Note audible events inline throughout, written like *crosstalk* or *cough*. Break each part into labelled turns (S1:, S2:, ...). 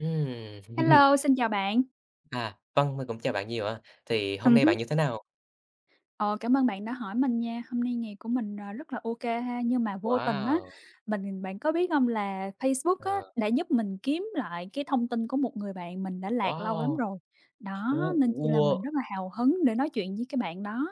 S1: Ừm, *laughs*
S2: Hello, xin chào bạn.
S1: À, vâng, mình cũng chào bạn nhiều ạ. Thì hôm nay
S2: Hứm.
S1: bạn như thế nào?
S2: Ờ, Cảm ơn bạn đã hỏi mình nha. Hôm nay ngày của mình, rất là ok ha, nhưng mà vô tình á,
S1: Wow,
S2: bạn có biết không là Facebook á,
S1: ờ,
S2: đã giúp mình kiếm lại cái thông tin của một người bạn mình đã lạc lâu lắm
S1: wow,
S2: rồi. Đó,
S1: wow,
S2: nên chỉ là
S1: wow,
S2: mình rất là hào hứng để nói chuyện với cái bạn đó.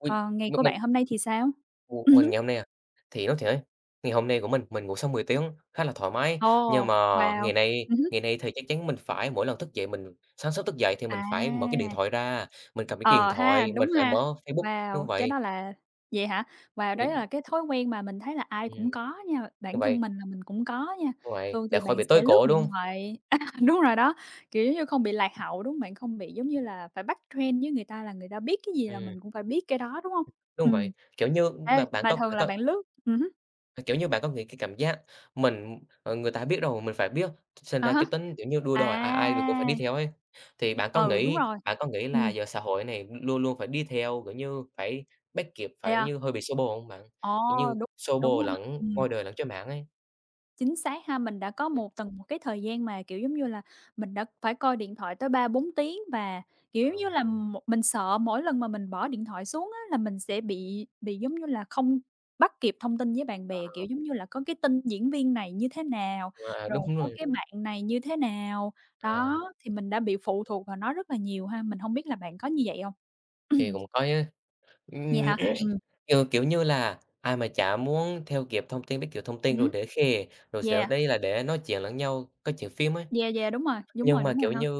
S1: ui,
S2: Còn ngày của
S1: mình
S2: bạn hôm nay thì sao?
S1: ủa, mình
S2: Hứm.
S1: ngày hôm nay à? Thì nói thiệt ngày hôm nay của mình ngủ sau 10 tiếng, khá là thoải mái.
S2: Ồ,
S1: Nhưng mà
S2: wow!
S1: ngày nay
S2: Hứm.
S1: ngày nay thì chắc chắn mình phải mỗi lần thức dậy mình sáng sớm thức dậy thì mình
S2: À.
S1: phải mở cái điện thoại ra, mình cầm cái điện
S2: Ờ ha,
S1: thoại, mình
S2: đúng
S1: phải
S2: ha.
S1: mở Facebook, đúng
S2: Wow, cái
S1: vậy.
S2: đó là vậy hả? Wow, đấy
S1: ừm,
S2: là cái thói quen mà mình thấy là ai
S1: ừm,
S2: cũng có nha,
S1: Đúng
S2: bản thân
S1: vậy,
S2: mình là mình cũng có nha.
S1: đúng vậy,
S2: Thường
S1: để
S2: thì
S1: khỏi
S2: bạn
S1: bị tối
S2: sẽ lướt
S1: cổ, đúng
S2: điện
S1: không?
S2: thoại *laughs* à, đúng rồi đó, kiểu, giống như không bị lạc hậu, đúng hông? Bạn không bị giống như là phải bắt trend với người ta là người ta biết cái gì là
S1: Ừm,
S2: mình cũng phải biết cái đó, đúng không?
S1: đúng
S2: Ừm,
S1: vậy, kiểu như,
S2: ê,
S1: bạn
S2: mà thường
S1: bạn
S2: là
S1: có
S2: bạn lướt hứm,
S1: à, kiểu như, bạn có nghĩ cái cảm giác mình người ta biết rồi, mình phải biết, sinh
S2: à
S1: ra
S2: há,
S1: cái tính, kiểu như, đua đòi, ai ai
S2: à,
S1: cũng phải đi theo ấy. Thì
S2: ừ, đúng rồi,
S1: bạn có nghĩ là
S2: ừm,
S1: giờ xã hội này luôn luôn phải đi theo, kiểu như, phải bắt kịp,
S2: vậy
S1: phải
S2: à?
S1: như hơi bị xô bồ không bạn?
S2: Ồ,
S1: Kiểu như,
S2: đúng,
S1: xô
S2: đúng
S1: bồ
S2: á,
S1: lẫn
S2: ừm.
S1: ngoài đời lẫn trên mạng ấy.
S2: Chính xác ha, mình đã có
S1: Ừm,
S2: từng một cái thời gian mà, kiểu, giống như là, mình đã phải coi điện thoại tới 3 4 tiếng và, kiểu,
S1: ờ,
S2: giống như là, mình sợ mỗi lần mà mình bỏ điện thoại xuống á là mình sẽ bị, giống như là, không bắt kịp thông tin với bạn bè, kiểu, giống như là, có cái tin diễn viên này như thế nào, rồi
S1: Đúng
S2: có
S1: rồi,
S2: cái bạn này như thế nào.
S1: ờ,
S2: Đó, thì mình đã bị phụ thuộc vào nó rất là nhiều ha, mình hông biết là bạn có như vậy hông?
S1: thì cũng có chứ.
S2: Vậy *clears throat*
S1: Ừm,
S2: hả?
S1: *clears throat* kiểu như là, ai mà chả muốn theo kịp thông tin, bắt kịp thông tin rồi
S2: Ừm,
S1: để khè, rồi sẽ
S2: yeah,
S1: đây là để nói chuyện lẫn nhau, có chuyện phim ấy.
S2: yeah, yeah, đúng rồi, đúng
S1: Nhưng
S2: rồi,
S1: mà,
S2: đúng rồi
S1: kiểu
S2: ha.
S1: như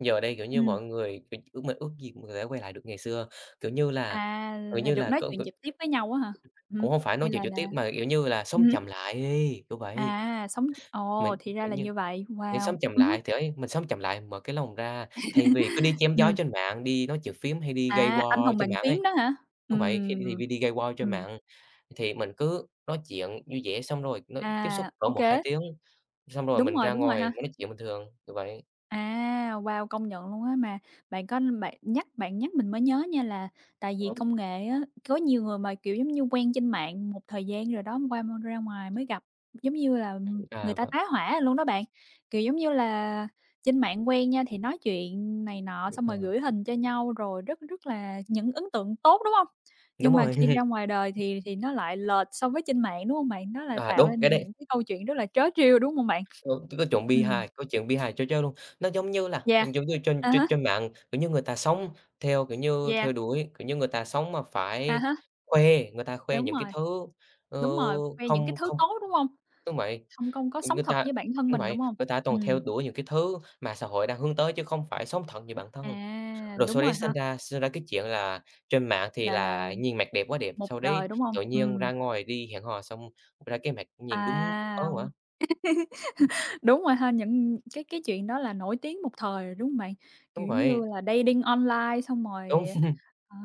S1: giờ đây, kiểu như,
S2: Ừm.
S1: mọi người, kiểu, ước gì mình có thể quay lại được ngày xưa, kiểu như là,
S2: À,
S1: kiểu
S2: là
S1: như
S2: được
S1: là,
S2: nói chuyện trực tiếp với nhau á hả? Ừm,
S1: cũng hông phải nói
S2: hay
S1: chuyện
S2: là
S1: trực
S2: là
S1: tiếp mà, kiểu như là, sống
S2: hứm,
S1: chậm lại đi, kiểu vậy.
S2: à, sống ồ,
S1: Mình,
S2: thì ra
S1: kiểu
S2: là
S1: như,
S2: như vậy,
S1: nghĩ sống
S2: wow,
S1: chậm
S2: hứm,
S1: lại thì ấy, mình sống chậm lại, mở cái lòng ra, thay vì cứ đi chém gió
S2: ừm,
S1: trên mạng, đi nói chuyện phiếm hay đi gây
S2: à, anh
S1: war
S2: hùng
S1: trên
S2: bàn
S1: mạng ấy,
S2: phím đó hả?
S1: đúng vậy, khi thay
S2: Ừm,
S1: vì đi gây war trên
S2: ừm,
S1: mạng thì mình cứ nói chuyện vui vẻ xong rồi nói tiếp xúc
S2: à,
S1: cỡ
S2: ô
S1: một
S2: kê,
S1: hai tiếng, xong rồi mình ra
S2: đúng rồi
S1: ngoài
S2: ha.
S1: mình nói chuyện bình thường, kiểu vậy.
S2: À, wow, công nhận luôn á, mà bạn nhắc mình mới nhớ nha là tại vì công nghệ á, có nhiều người mà, kiểu, giống như quen trên mạng một thời gian rồi đó, qua m ra ngoài mới gặp, giống như là,
S1: À,
S2: người ta
S1: vâng,
S2: tá hỏa luôn đó bạn. Kiểu, giống như là, trên mạng quen nha thì nói chuyện này nọ
S1: đúng
S2: xong rồi
S1: rồi.
S2: gửi hình cho nhau rồi rất rất là những ấn tượng tốt, đúng không?
S1: *laughs* Đúng
S2: Nhưng mà
S1: rồi.
S2: khi ra ngoài đời thì nó lại lệch so với trên mạng, đúng không bạn? Nó là
S1: À,
S2: tạo
S1: đúng,
S2: ra
S1: cái
S2: nên
S1: đấy
S2: những cái câu chuyện rất là trớ trêu, đúng không bạn?
S1: Đúng, có chuyện
S2: Ừm,
S1: bi-hài, câu chuyện bi-hài cho chơi luôn. Nó giống như là
S2: yeah.
S1: giống như trên
S2: À
S1: trên
S2: há,
S1: trên mạng, kiểu như, người ta sống theo, kiểu như,
S2: yeah.
S1: theo đuổi, kiểu như, người ta sống mà
S2: À
S1: phải
S2: há,
S1: khoe, người ta khoe
S2: đúng
S1: những cái
S2: rồi,
S1: thứ, ờ,
S2: đúng rồi, khoe những cái
S1: không
S2: thứ
S1: không
S2: tốt, đúng hông?
S1: đúng vậy,
S2: Hông công có sống
S1: người
S2: thật
S1: ta
S2: với bản thân
S1: đúng
S2: mình,
S1: vậy,
S2: đúng hông?
S1: người ta toàn theo
S2: Ừm,
S1: đuổi những cái thứ mà xã hội đang hướng tới chứ không phải sống thật như bản thân.
S2: à,
S1: Rồi
S2: đúng
S1: sau
S2: rồi
S1: đấy
S2: ha,
S1: sinh ra cái chuyện là trên mạng thì
S2: là
S1: là nhìn mặt đẹp quá đẹp,
S2: một
S1: sau đấy
S2: đời, đúng hông?
S1: tự nhiên ra ngoài đi hẹn hò xong ra cái mặt nhìn đúng ớn
S2: À,
S1: quá.
S2: đúng rồi ha, những cái chuyện đó là nổi tiếng một thời rồi, đúng hông bạn?
S1: Đúng
S2: Kiểu
S1: vậy,
S2: như là dating online xong rồi,
S1: đúng. *laughs*
S2: ờ.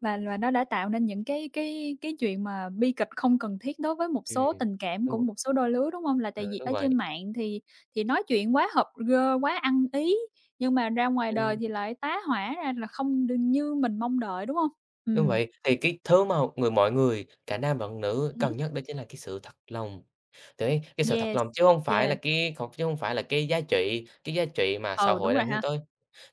S2: Và nó đã tạo nên những cái chuyện mà bi kịch không cần thiết đối với một số
S1: Ừm,
S2: tình cảm của
S1: đúng
S2: một số đôi lứa, đúng hông? Là
S1: Ừ,
S2: tại vì
S1: đúng
S2: ở
S1: vậy,
S2: trên mạng thì nói chuyện quá hợp gơ, quá ăn ý, nhưng mà ra ngoài đời
S1: ừm,
S2: thì lại tá hỏa ra là không được như mình mong đợi, đúng hông?
S1: đúng
S2: Ừm.
S1: vậy. Thì cái thứ mà mọi người, cả nam lẫn nữ
S2: Hứm.
S1: cần nhất đó chính là cái sự thật lòng, đấy, cái sự thật
S2: Yes,
S1: lòng chứ hông phải là
S2: yes,
S1: cái giá trị mà xã
S2: ừ,
S1: hội
S2: đúng rồi
S1: đang hướng
S2: ha.
S1: tới.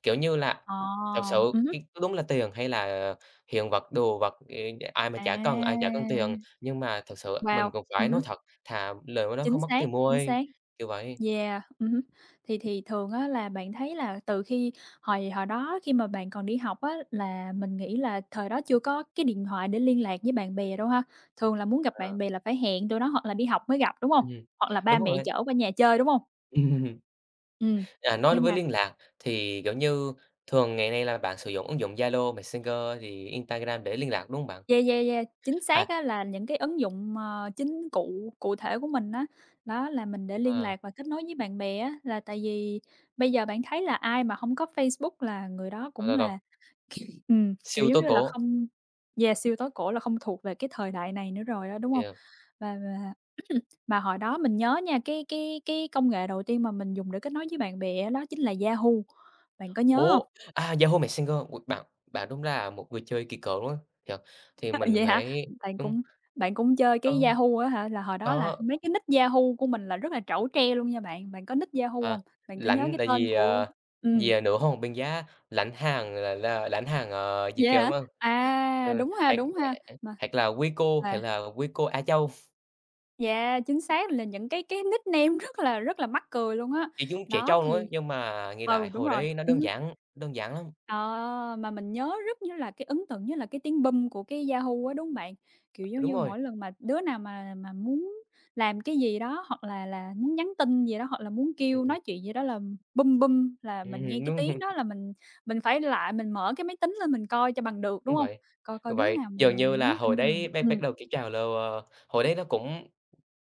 S1: Kiểu như là,
S2: Ờ,
S1: thật sự
S2: hứm.
S1: cái đúng là tiền hay là hiện vật, đồ vật, ờ, ai mà
S2: À,
S1: chả cần, ai chả cần tiền, nhưng mà thật sự
S2: wow,
S1: mình cũng phải nói
S2: hứm,
S1: thật, thà lời nói đó
S2: chính
S1: không mất
S2: xác,
S1: tiền môi
S2: chính
S1: ấy,
S2: xác.
S1: kiểu vậy.
S2: Yeah, ừm. Thì Thường á là bạn thấy là từ khi hồi hồi đó khi mà bạn còn đi học á, là mình nghĩ là thời đó chưa có cái điện thoại để liên lạc với bạn bè đâu ha? Thường là muốn gặp
S1: Ờ,
S2: bạn bè là phải hẹn tụi nó hoặc là đi học mới gặp, đúng không?
S1: ừm,
S2: Hoặc là
S1: đúng
S2: ba mẹ
S1: rồi.
S2: chở qua nhà chơi, đúng không?
S1: *laughs*
S2: Ừm,
S1: À, nói
S2: nhưng
S1: với
S2: mà
S1: liên lạc thì, kiểu như, thường ngày nay là bạn sử dụng ứng dụng Zalo, Messenger thì Instagram để liên lạc, đúng không bạn?
S2: yeah, yeah, yeah, chính xác
S1: À,
S2: á là những cái ứng dụng, ờ, chính cụ cụ thể của mình á, đó là mình để liên
S1: à,
S2: lạc và kết nối với bạn bè á, là tại vì bây giờ bạn thấy là ai mà không có Facebook là người đó
S1: rồi,
S2: cũng
S1: rồi, rồi,
S2: là ừm, kiểu,
S1: siêu
S2: giống
S1: tố
S2: như là,
S1: cổ,
S2: không yeah, siêu tối cổ là không thuộc về cái thời đại này nữa rồi á, đúng hông?
S1: yeah.
S2: Và *clears throat* mà hồi đó mình nhớ nha, cái công nghệ đầu tiên mà mình dùng để kết nối với bạn bè á, đó chính là Yahoo, bạn có nhớ hông?
S1: Ố, à, Yahoo Messenger, ôi, bạn bạn đúng là một người chơi kỳ cựu đúng không? Thiệt, thì
S2: *laughs*
S1: mình
S2: Vậy hả?
S1: phải
S2: Bạn
S1: đúng.
S2: cũng bạn cũng chơi cái
S1: Có,
S2: Yahoo á hả? Là hồi đó là
S1: có,
S2: mấy cái nick Yahoo của mình là rất là trẩu tre luôn nha bạn, bạn có nick Yahoo
S1: à,
S2: hông? Bạn có nhớ
S1: lãnh
S2: cái
S1: tại
S2: tên
S1: gì
S2: của
S1: vì,
S2: ừm,
S1: à, nửa hôn một bên giá, lãnh hàng, ờ, Việt
S2: vậy
S1: kiều,
S2: hả?
S1: đúng hông?
S2: À,
S1: Ừ, hoặc
S2: đúng ha, mà
S1: hoặc là "Quý cô" hoặc
S2: mà
S1: là "Quý cô A Châu."
S2: Yeah, chính xác là những cái nickname *laughs* rất là mắc cười luôn á.
S1: Chị cũng trẻ
S2: Đó,
S1: trâu nữa,
S2: thì
S1: nhưng mà nghĩ lại
S2: ừ, đúng
S1: hồi
S2: rồi,
S1: đấy nó
S2: ừm,
S1: đơn giản lắm.
S2: ờ, mà mình nhớ rất nhớ là cái ấn tượng nhất là cái tiếng "bum" của cái Yahoo á, đúng hông bạn? Kiểu, giống
S1: Đúng
S2: như
S1: rồi,
S2: mỗi lần mà đứa nào mà muốn làm cái gì đó, hoặc là muốn nhắn tin gì đó, hoặc là muốn kêu
S1: ừm,
S2: nói chuyện gì đó là "bum bum" là mình nghe
S1: ừm,
S2: cái
S1: đúng,
S2: tiếng đó
S1: *laughs*
S2: là mình phải lại mình mở cái máy tính lên mình coi cho bằng được, đúng
S1: đúng
S2: không?
S1: vậy.
S2: Coi coi
S1: Đúng
S2: đứa
S1: vậy,
S2: nào mà
S1: dường
S2: mà mà
S1: như là
S2: nhắn
S1: hồi
S2: tin cho
S1: đấy
S2: mình.
S1: bắt bắt đầu cái trào lưu, ờ, hồi đấy nó cũng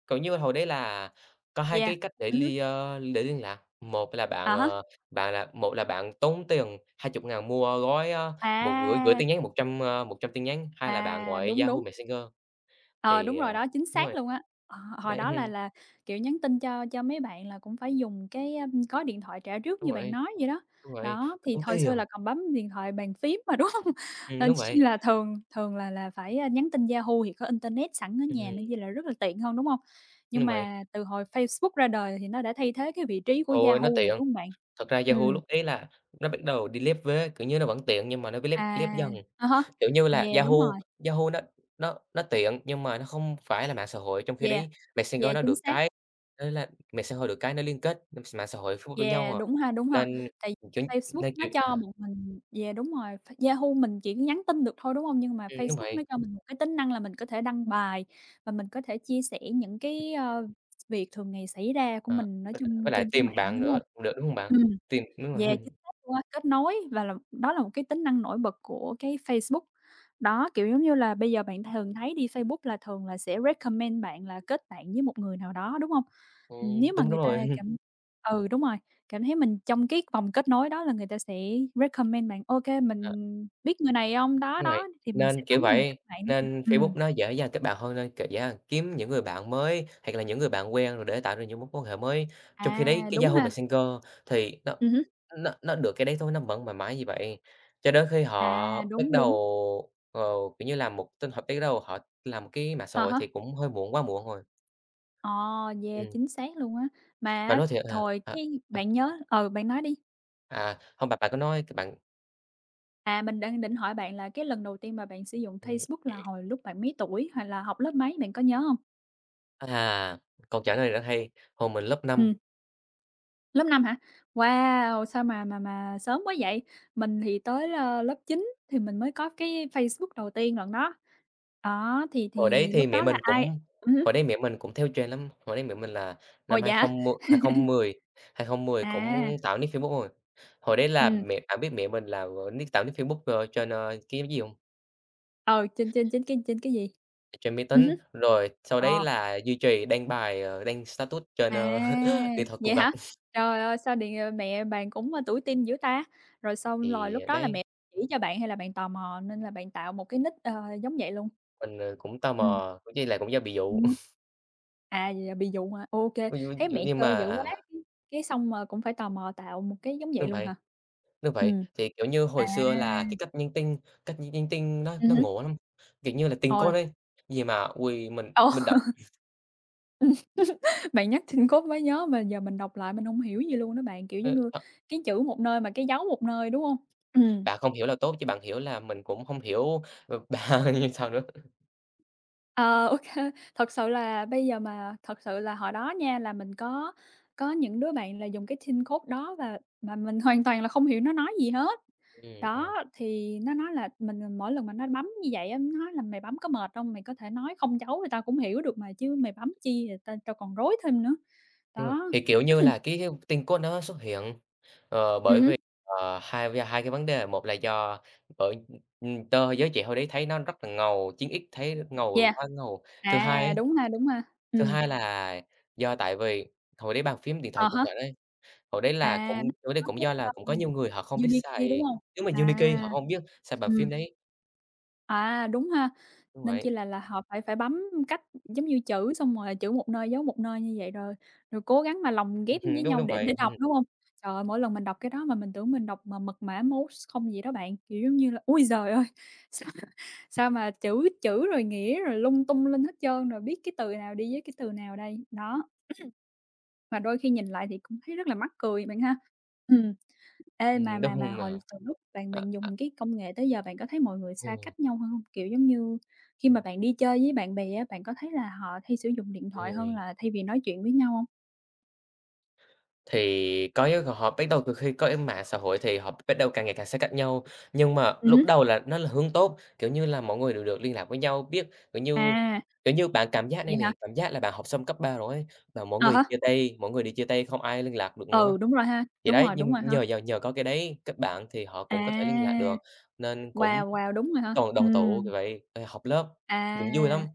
S1: cũng như, hồi đấy là có hai
S2: Yeah,
S1: cái cách để
S2: ừm,
S1: để liên lạc, một là bạn,
S2: à há,
S1: ờ, bạn là một là bạn tốn tiền 20.000 mua gói, ơ, một gửi gửi
S2: à.
S1: tin nhắn 100 tin nhắn, hai là bạn
S2: À,
S1: gọi
S2: đúng,
S1: Yahoo
S2: đúng.
S1: Messenger
S2: Ờ, đúng
S1: thì,
S2: rồi đó, chính
S1: đúng
S2: xác
S1: rồi,
S2: luôn á. Ờ, hồi
S1: đấy,
S2: đó
S1: *laughs*
S2: là, kiểu, nhắn tin cho mấy bạn là cũng phải dùng cái, a, có điện thoại trả trước
S1: đúng
S2: như bạn
S1: vậy,
S2: nói vậy đó.
S1: đúng vậy,
S2: Đó, thì
S1: tốn
S2: hồi xưa
S1: tiền,
S2: là còn bấm điện thoại bàn phím mà, *laughs* đúng hông? Nên
S1: đúng vậy,
S2: chi là thường thường là phải, a, nhắn tin Yahoo thì có internet sẵn ở
S1: ừm,
S2: nhà nên chi là rất là tiện hơn, đúng hông? Nhưng
S1: đúng vậy.
S2: mà từ hồi Facebook ra đời thì nó đã thay thế cái vị trí của
S1: Thôi, nó
S2: Yahoo rồi,
S1: tiện,
S2: đúng hông bạn?
S1: thật ra Yahoo
S2: Ừm,
S1: lúc ấy là nó bắt đầu đi lép vế, kiểu như, nó vẫn tiện nhưng mà nó bị lép lép
S2: à,
S1: dần.
S2: à há,
S1: Kiểu như là,
S2: yeah,
S1: Yahoo
S2: đúng rồi,
S1: Yahoo nó tiện nhưng mà nó không phải là mạng xã hội, trong khi
S2: yeah,
S1: đấy Messenger
S2: yeah,
S1: nó
S2: chính
S1: được
S2: xác.
S1: cái nó liên kết mạng xã hội, Facebook với nhau
S2: Yeah,
S1: à,
S2: đúng ha, đúng ha.
S1: nên,
S2: Tại
S1: kiểu,
S2: Facebook
S1: nên,
S2: nó
S1: kiểu
S2: cho
S1: à,
S2: một mình yeah, đúng rồi, Yahoo mình chỉ nhắn tin được thôi, đúng hông? Nhưng mà
S1: đúng
S2: Facebook nó
S1: vậy.
S2: cho mình một cái tính năng là mình có thể đăng bài và mình có thể chia sẻ những cái, ơ, việc thường ngày xảy ra của
S1: Ờ,
S2: mình, nói
S1: với
S2: chung
S1: lại
S2: trên cái
S1: tìm
S2: mạng
S1: bạn
S2: đó, đúng
S1: nữa
S2: hông?
S1: cũng được, đúng hông bạn?
S2: Ừm.
S1: Tìm đúng rồi,
S2: Yeah, chính
S1: *laughs*
S2: xác luôn á, kết nối và là đó là một cái tính năng nổi bật của cái Facebook. Đó, kiểu, giống như là, bây giờ bạn thường thấy đi Facebook là thường là sẽ recommend bạn là kết bạn với một người nào đó, đúng hông? Nếu mà
S1: đúng, đúng
S2: người ta
S1: rồi. *laughs*
S2: cảm ừ, đúng rồi, cảm thấy mình trong cái vòng kết nối đó là người ta sẽ recommend bạn: "Ô kê,
S1: À.
S2: mình biết người này hông?" Đó,
S1: Đúng rồi,
S2: đó, thì mình sẽ
S1: nên,
S2: bấm
S1: kiểu
S2: vô mình
S1: vậy,
S2: kết bạn, đúng hông?
S1: nên Facebook nó dễ dàng kết bạn hơn, nên, kiểu, dễ dàng kiếm những người bạn mới hoặc là những người bạn quen rồi để tạo ra những mối quan hệ mới. Trong khi
S2: À,
S1: đấy cái
S2: đúng
S1: Yahoo
S2: ha,
S1: Messenger thì nó
S2: hứm,
S1: nó được cái đấy thôi, nó vẫn mãi mãi như vậy, cho đến khi
S2: à,
S1: họ bắt
S2: đúng, đúng,
S1: đầu, ờ, kiểu như, làm một tin họ bắt đầu họ làm cái mạng xã
S2: à
S1: hội thì
S2: há.
S1: cũng hơi muộn, quá muộn rồi.
S2: Ờ, yeah,
S1: Ừm,
S2: chính xác luôn á. Mà
S1: mà
S2: á,
S1: nói thiệt
S2: hồi cái
S1: à,
S2: bạn nhớ ừ, bạn nói đi.
S1: hông, bạn bạn có nói cái bạn
S2: À, mình đang định hỏi bạn là cái lần đầu tiên mà bạn sử dụng
S1: ừm,
S2: Facebook là hồi lúc bạn mấy tuổi, hay là học lớp mấy, bạn có nhớ hông?
S1: à, câu trả lời rất hay. Hồi mình lớp 5.
S2: Ừm, lớp 5 hả? Wow, sao mà sớm quá vậy? Mình thì tới, ơ, lớp 9 thì mình mới có cái Facebook đầu tiên lận đó. Đó,
S1: Hồi đấy
S2: thì
S1: thì
S2: lúc
S1: mẹ
S2: đó là
S1: mình
S2: ai
S1: cũng
S2: hứm,
S1: theo trend lắm, hồi đấy mẹ mình là
S2: ồ,
S1: năm
S2: vậy hả?
S1: 2010 2010, 2010
S2: À,
S1: cũng tạo nick Facebook rồi. Hồi đấy là
S2: ừm,
S1: mẹ bạn biết mẹ mình là, ờ, tạo nick Facebook, ờ, trên, ờ, cái gì không.
S2: ừ, trên trên trên cái gì?
S1: Trên máy tính,
S2: Hứm,
S1: rồi sau đấy
S2: ờ.
S1: là duy trì đăng bài, ờ, đăng status trên, ờ,
S2: À,
S1: *laughs* điện thoại cục
S2: vậy
S1: gạch.
S2: hả? Trời ơi, sao điện, ờ, mẹ bạn cũng, ơ, tuổi teen dữ ta? Rồi xong rồi
S1: Thì
S2: lúc đó là
S1: đấy,
S2: mẹ chỉ cho bạn hay là bạn tò mò nên là bạn tạo một cái nick, ờ, giống vậy luôn?
S1: mình, ờ, cũng tò
S2: Ừm,
S1: mò, cũng với là cũng do bị dụ.
S2: ừm.
S1: *laughs*
S2: À, vậy là bị dụ hả? Ok,
S1: ví dụ
S2: thấy mẹ
S1: nhưng mà
S2: chơi dữ quá,
S1: à,
S2: cái cái xong mà cũng phải tò mò tạo một cái giống vậy
S1: đúng
S2: luôn
S1: vậy.
S2: hả?
S1: Đúng vậy,
S2: Ừm,
S1: thì, kiểu như,
S2: à,
S1: hồi xưa là cái cách nhắn tin cách nhắn nhắn tin nó
S2: hứm,
S1: ngộ lắm, kiểu như là, tình cô
S2: ôi,
S1: đơn, gì mà ôi,
S2: ô,
S1: mình đọc,
S2: ừm, *laughs* bạn nhắc Teen Code mới nhớ mà giờ mình đọc lại mình hông hiểu gì luôn đó bạn, kiểu, giống
S1: ơ,
S2: như,
S1: thật
S2: cái chữ một nơi mà cái dấu một nơi, đúng hông? Ừm.
S1: bạn không hiểu là tốt chứ bạn hiểu là mình cũng hông hiểu, ờ, bạn *laughs* như sao nữa.
S2: Ờ, ô Thật sự là bây giờ mà thật sự là hồi đó nha, là mình có những đứa bạn là dùng cái thin code đó và mà mình hoàn toàn là không hiểu nó nói gì hết.
S1: Ừm,
S2: Đó,
S1: ờ,
S2: thì nó nói là mình mỗi lần mà nó bấm như vậy á, nó nói là "Mày bấm có mệt hông? Mày có thể nói không dấu thì tao cũng hiểu được mà, chứ mày bấm chi rồi tao còn rối thêm nữa."
S1: đúng rồi,
S2: Đó.
S1: thì, kiểu như là,
S2: *clears throat*
S1: cái tình cô nó xuất hiện, ờ, bởi
S2: Hứm,
S1: vì, ờ, hai cái vấn đề, một là do bởi, tơ giới trẻ hồi đấy thấy nó rất là ngầu, 9X thấy ngầu
S2: yeah.
S1: quá ngầu. Thứ hai ấy,
S2: À, đúng ha, đúng ha.
S1: thứ
S2: Ừm,
S1: hai là do tại vì hồi đấy bàn phím điện thoại
S2: à
S1: cục
S2: há,
S1: gạch ấy. Hồi đấy là cũng
S2: à, nó
S1: tối đấy
S2: có
S1: cũng
S2: cái,
S1: do là cũng có nhiều người họ không biết
S2: Unikey, đúng
S1: xài.
S2: hông?
S1: Nếu mà Unity họ
S2: À.
S1: hông biết xài bản phim
S2: Ừm.
S1: đấy,
S2: À, đúng ha,
S1: đúng
S2: nên chỉ
S1: vậy,
S2: là họ phải phải bấm cách giống như chữ, xong rồi chữ một nơi, dấu một nơi như vậy rồi rồi cố gắng mà lồng ghép với nhau
S1: đúng
S2: để
S1: vậy,
S2: để đọc, đúng hông? Trời ơi, mỗi lần mình đọc cái đó mà mình tưởng mình đọc mà mật mã Morse không gì đó bạn, kiểu giống như là, ôi giời ơi, *laughs* sao sao mà chữ chữ rồi nghĩa rồi lung tung linh hết trơn, rồi biết cái từ nào đi với cái từ nào đây. Đó, mà đôi khi nhìn lại thì cũng thấy rất là mắc cười bạn ha. Ừm. Ê, mà mà mà
S1: đúng
S2: hồi
S1: mà,
S2: từ lúc bạn
S1: à,
S2: bạn
S1: à,
S2: dùng cái công nghệ tới giờ bạn có thấy mọi người xa
S1: ừm,
S2: cách nhau hơn hông? Kiểu, giống như khi
S1: ừm,
S2: mà bạn đi chơi với bạn bè á, bạn có thấy là họ hay sử dụng điện thoại hơn
S1: ừm.
S2: là thay vì nói chuyện với nhau hông?
S1: Thì có cái họ bắt đầu từ khi có cái mạng xã hội thì họ bắt đầu càng ngày càng xa cách nhau, nhưng mà lúc
S2: Hứm.
S1: đầu là nó là hướng tốt, kiểu như là, mọi người đều được liên lạc với nhau, biết,
S2: À,
S1: kiểu như, bạn cảm giác
S2: vậy
S1: đây
S2: hả?
S1: nè, cảm giác là bạn học xong cấp 3 rồi ấy, và mọi
S2: À
S1: người
S2: há,
S1: chia tay, mọi người đều chia tay không ai liên lạc được nữa.
S2: ừ, đúng rồi ha,
S1: Thì đấy,
S2: đúng
S1: nhưng
S2: rồi ha.
S1: nhờ nhờ nhờ có cái đấy các bạn thì họ cũng có thể liên lạc
S2: À,
S1: được, nên cũng
S2: wow, wow, đúng rồi ha.
S1: toàn đoàn tụ kiểu vậy, ờ, họp lớp,
S2: À.
S1: cũng vui lắm.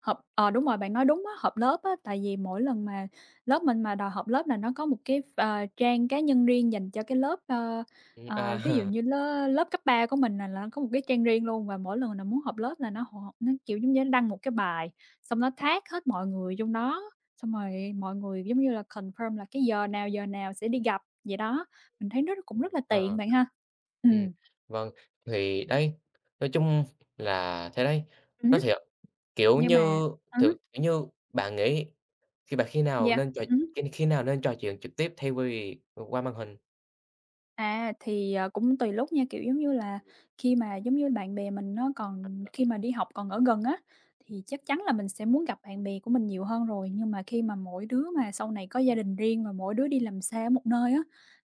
S2: Họp ờ, đúng rồi, bạn nói đúng á, họp lớp á, tại vì mỗi lần mà lớp mình mà đòi họp lớp là nó có một cái ờ, trang cá nhân riêng dành cho cái lớp, ơ,
S1: Ừm,
S2: ờ,
S1: à,
S2: ví dụ
S1: *laughs*
S2: như lớp lớp cấp 3 của mình là nó có một cái trang riêng luôn và mỗi lần là muốn họp lớp là nó họp nó, kiểu, giống như nó đăng một cái bài, xong nó tag hết mọi người trong đó, xong rồi mọi người, giống như là, confirm là cái giờ nào sẽ đi gặp vậy đó. Mình thấy nó cũng rất là tiện
S1: ờ.
S2: bạn ha. Ừ,
S1: Ừm, vâng, thì đấy, nói chung là thế đấy.
S2: ừm,
S1: Nói thiệt, kiểu
S2: nhưng mà
S1: như,
S2: ừ, há,
S1: kiểu như, bạn nghĩ khi bạn khi nào
S2: yeah,
S1: nên khi khi nào nên trò chuyện trực tiếp thay vì qua màn hình?
S2: à, thì, cũng tùy lúc nha, kiểu, giống như là, khi mà, giống như, bạn bè mình nó còn khi mà đi học còn ở gần á, thì chắc chắn là mình sẽ muốn gặp bạn bè của mình nhiều hơn rồi. Nhưng mà khi mà mỗi đứa mà sau này có gia đình riêng và mỗi đứa đi làm xa một nơi á,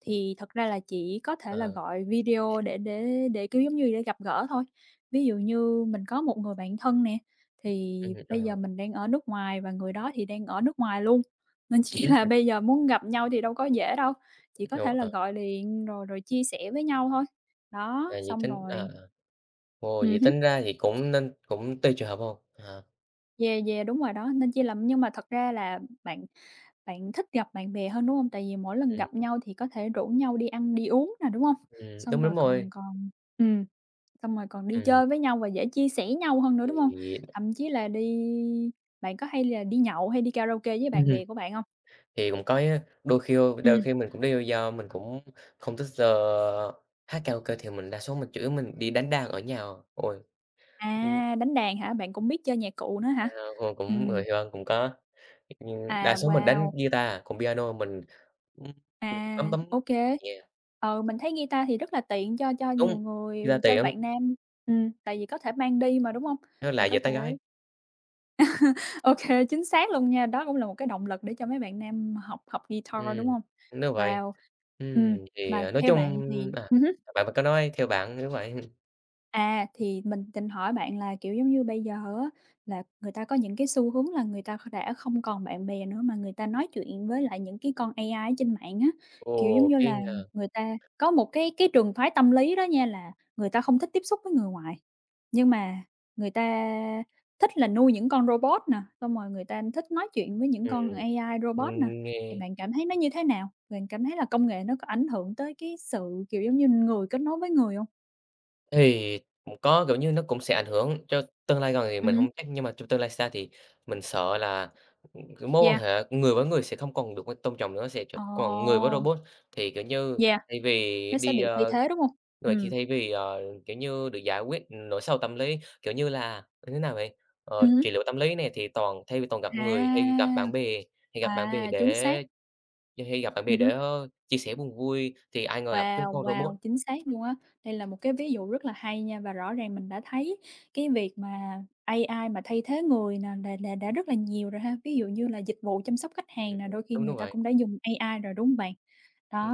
S2: thì thật ra là chỉ có thể là
S1: Ờ,
S2: gọi video để, kiểu, giống như, để gặp gỡ thôi. Ví dụ như mình có một người bạn thân nè, thì bây
S1: ờ,
S2: giờ mình đang ở nước ngoài và người đó thì đang ở nước ngoài luôn, nên chỉ *laughs* là
S1: hứm,
S2: bây giờ muốn gặp nhau thì đâu có dễ đâu. Chỉ có
S1: ờ,
S2: thể là
S1: ờ,
S2: gọi điện rồi rồi chia sẻ với nhau thôi.
S1: à,
S2: Đó,
S1: vậy
S2: xong
S1: tính à, à,
S2: rồi
S1: ồ, vậy
S2: hứm,
S1: tính ra thì cũng nên cũng tùy trường hợp, phải. À.
S2: yeah, yeah, đúng rồi đó, nên chia làm nhưng mà thật ra là bạn bạn thích gặp bạn bè hơn, đúng hông? Tại vì mỗi lần gặp
S1: Ừm.
S2: nhau thì có thể rủ nhau đi ăn, đi uống nè, đúng hông? Xong
S1: Đúng,
S2: rồi
S1: đúng rồi.
S2: còn còn ừm, xong rồi còn đi
S1: Ừm,
S2: chơi với nhau và dễ chia sẻ nhau hơn nữa, đúng hông?
S1: thì
S2: Thậm chí là đi bạn có hay là đi nhậu hay đi karaoke với
S1: *laughs*
S2: bạn
S1: hưm,
S2: bè của bạn hông?
S1: thì cũng có á, đôi khi
S2: Ừm,
S1: mình cũng đi do mình cũng không thích, ờ, hát karaoke thì mình đa số mình chủ yếu mình đi đánh đàn ở nhà. À. Ôi, ừm,
S2: à, đánh đàn hả? Bạn cũng biết chơi nhạc cụ nữa hả?
S1: ờ, ôi, cũng người
S2: Ừm,
S1: yêu cũng có, ừm, đa
S2: à,
S1: số mình đánh
S2: wow!
S1: guitar, còn piano mình, ưm, mình bấm
S2: À,
S1: bấm
S2: ô kê.
S1: nhẹ
S2: Ờ, mình thấy guitar thì rất là tiện cho
S1: đúng,
S2: nhiều người,
S1: guitar
S2: cho
S1: tiện,
S2: bạn nam. Tại vì có thể mang đi mà, đúng hông?
S1: nó
S2: Và
S1: lại
S2: có
S1: về tán gái.
S2: thể *laughs* ô kê, chính xác luôn nha, đó cũng là một cái động lực để cho mấy bạn nam học học guitar, đúng
S1: Ừm,
S2: hông?
S1: đúng vậy.
S2: Wow! Ừm,
S1: Thì,
S2: mà
S1: à, nói
S2: theo
S1: chung
S2: bạn thì
S1: à,
S2: hứm.
S1: bạn bạn có nói theo bạn, đúng vậy. *laughs*
S2: À, thì mình định hỏi bạn là, kiểu, giống như bây giờ á, là người ta có những cái xu hướng là người ta kh đã không còn bạn bè nữa mà người ta nói chuyện với lại những cái con AI ở trên mạng á. Kiểu, giống
S1: Ồ,
S2: như là,
S1: cái, à
S2: người ta có một cái trường phái tâm lý đó nha là người ta không thích tiếp xúc với người ngoài, nhưng mà người ta thích là nuôi những con robot nè, xong rồi người ta thích nói chuyện với những con
S1: ừm,
S2: AI robot nè. Thì
S1: nghe.
S2: bạn cảm thấy nó như thế nào? Bạn cảm thấy là công nghệ nó có ảnh hưởng tới cái sự, kiểu, giống như, người kết nối với người không?
S1: Thì cũng có, kiểu như, nó cũng sẽ ảnh hưởng cho tương lai gần thì mình
S2: Ừm,
S1: không chắc, nhưng mà trong tương lai xa thì mình sợ là, cái mối quan
S2: yeah.
S1: hệ người với người sẽ không còn được tôn trọng nữa, sẽ chỉ
S2: Ồ,
S1: còn người với robot. Thì, kiểu như,
S2: yeah,
S1: thay vì
S2: nó sẽ
S1: đi,
S2: bị thay
S1: ơ
S2: thế, đúng hông?
S1: vậy thì
S2: Ừm.
S1: thay vì, ờ, kiểu như, được giải quyết nỗi sầu tâm lý, kiểu như là, như thế nào vậy? Ờ,
S2: Hứm.
S1: trị liệu tâm lý này thì toàn thay vì toàn gặp
S2: À.
S1: người hay gặp bạn bè, hay gặp bạn bè
S2: À, chính
S1: để
S2: xác.
S1: hay gặp bạn bè để,
S2: Hứm.
S1: ơ, chia sẻ buồn vui thì ai ngờ gặp chung
S2: Wow,
S1: con robot.
S2: wow, chính xác luôn á. Đây là một cái ví dụ rất là hay nha và rõ ràng mình đã thấy cái việc mà AI mà thay thế người nè là đã rất là nhiều rồi ha. Ví dụ như là dịch vụ chăm sóc khách
S1: Ừm,
S2: hàng nè, đôi khi
S1: đúng, đúng
S2: người ta
S1: vậy,
S2: cũng đã dùng AI rồi, đúng hông bạn?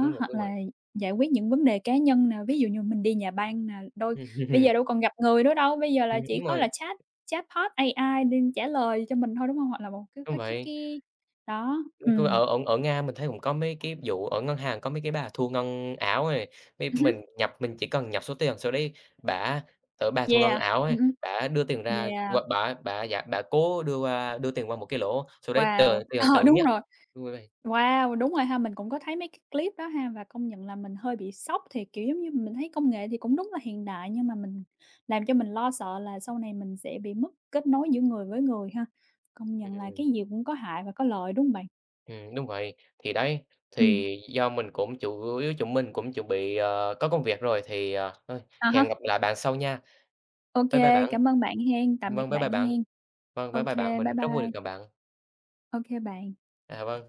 S1: đúng vậy,
S2: hoặc
S1: đúng
S2: là
S1: vậy.
S2: giải quyết những vấn đề cá nhân nè, ví dụ như mình đi nhà băng nè, đôi bây
S1: *laughs*
S2: giờ đâu còn gặp người nữa đâu, bây giờ là chỉ
S1: Đúng
S2: có
S1: rồi,
S2: là chatbot AI đi trả lời cho mình thôi, đúng không? Hoặc là một cái
S1: đúng
S2: cái cái
S1: vậy.
S2: cái đó,
S1: Chung cư Ở ở ở Nga mình thấy cũng có mấy cái vụ ở ngân hàng có mấy cái bà thu ngân ảo ấy, mình
S2: ừm,
S1: nhập mình chỉ cần nhập số tiền, sau đấy bả ở bà thu ngân
S2: yeah,
S1: ảo
S2: ừm,
S1: ấy,
S2: ừm,
S1: bả đưa tiền ra
S2: yeah.
S1: và bả bả giả bả cố đưa đưa tiền qua một cái lỗ, sau đấy tờ
S2: Wow!
S1: tiền
S2: *laughs* Ờ,
S1: tự
S2: đúng
S1: nhất
S2: rồi.
S1: đúng vậy.
S2: Wow! Đúng rồi ha, mình cũng có thấy mấy cái clip đó ha, và công nhận là mình hơi bị sốc thiệt, kiểu, giống như mình thấy công nghệ thì cũng đúng là hiện đại, nhưng mà mình làm cho mình lo sợ là sau này mình sẽ bị mất kết nối giữa người với người ha. Công nhận là
S1: Ừm,
S2: cái gì cũng có hại và có lợi, đúng hông bạn?
S1: đúng vậy. Thì đấy,
S2: Ừm.
S1: thì do mình cũng chủ yếu chúng mình cũng chuẩn bị, ờ, có công việc rồi thì, ờ, thôi
S2: À
S1: hẹn
S2: há,
S1: gặp lại bạn sau nha.
S2: ô
S1: Bye bye
S2: kê,
S1: bạn.
S2: cảm ơn bạn hen, tạm biệt
S1: Vâng, bye bye
S2: bạn
S1: bạn.
S2: hen.
S1: Vâng,
S2: Ô
S1: bye bye bạn,
S2: kê, bye
S1: mình rất vui
S2: bye.
S1: được gặp bạn.
S2: Ô kê bạn.
S1: À, vâng.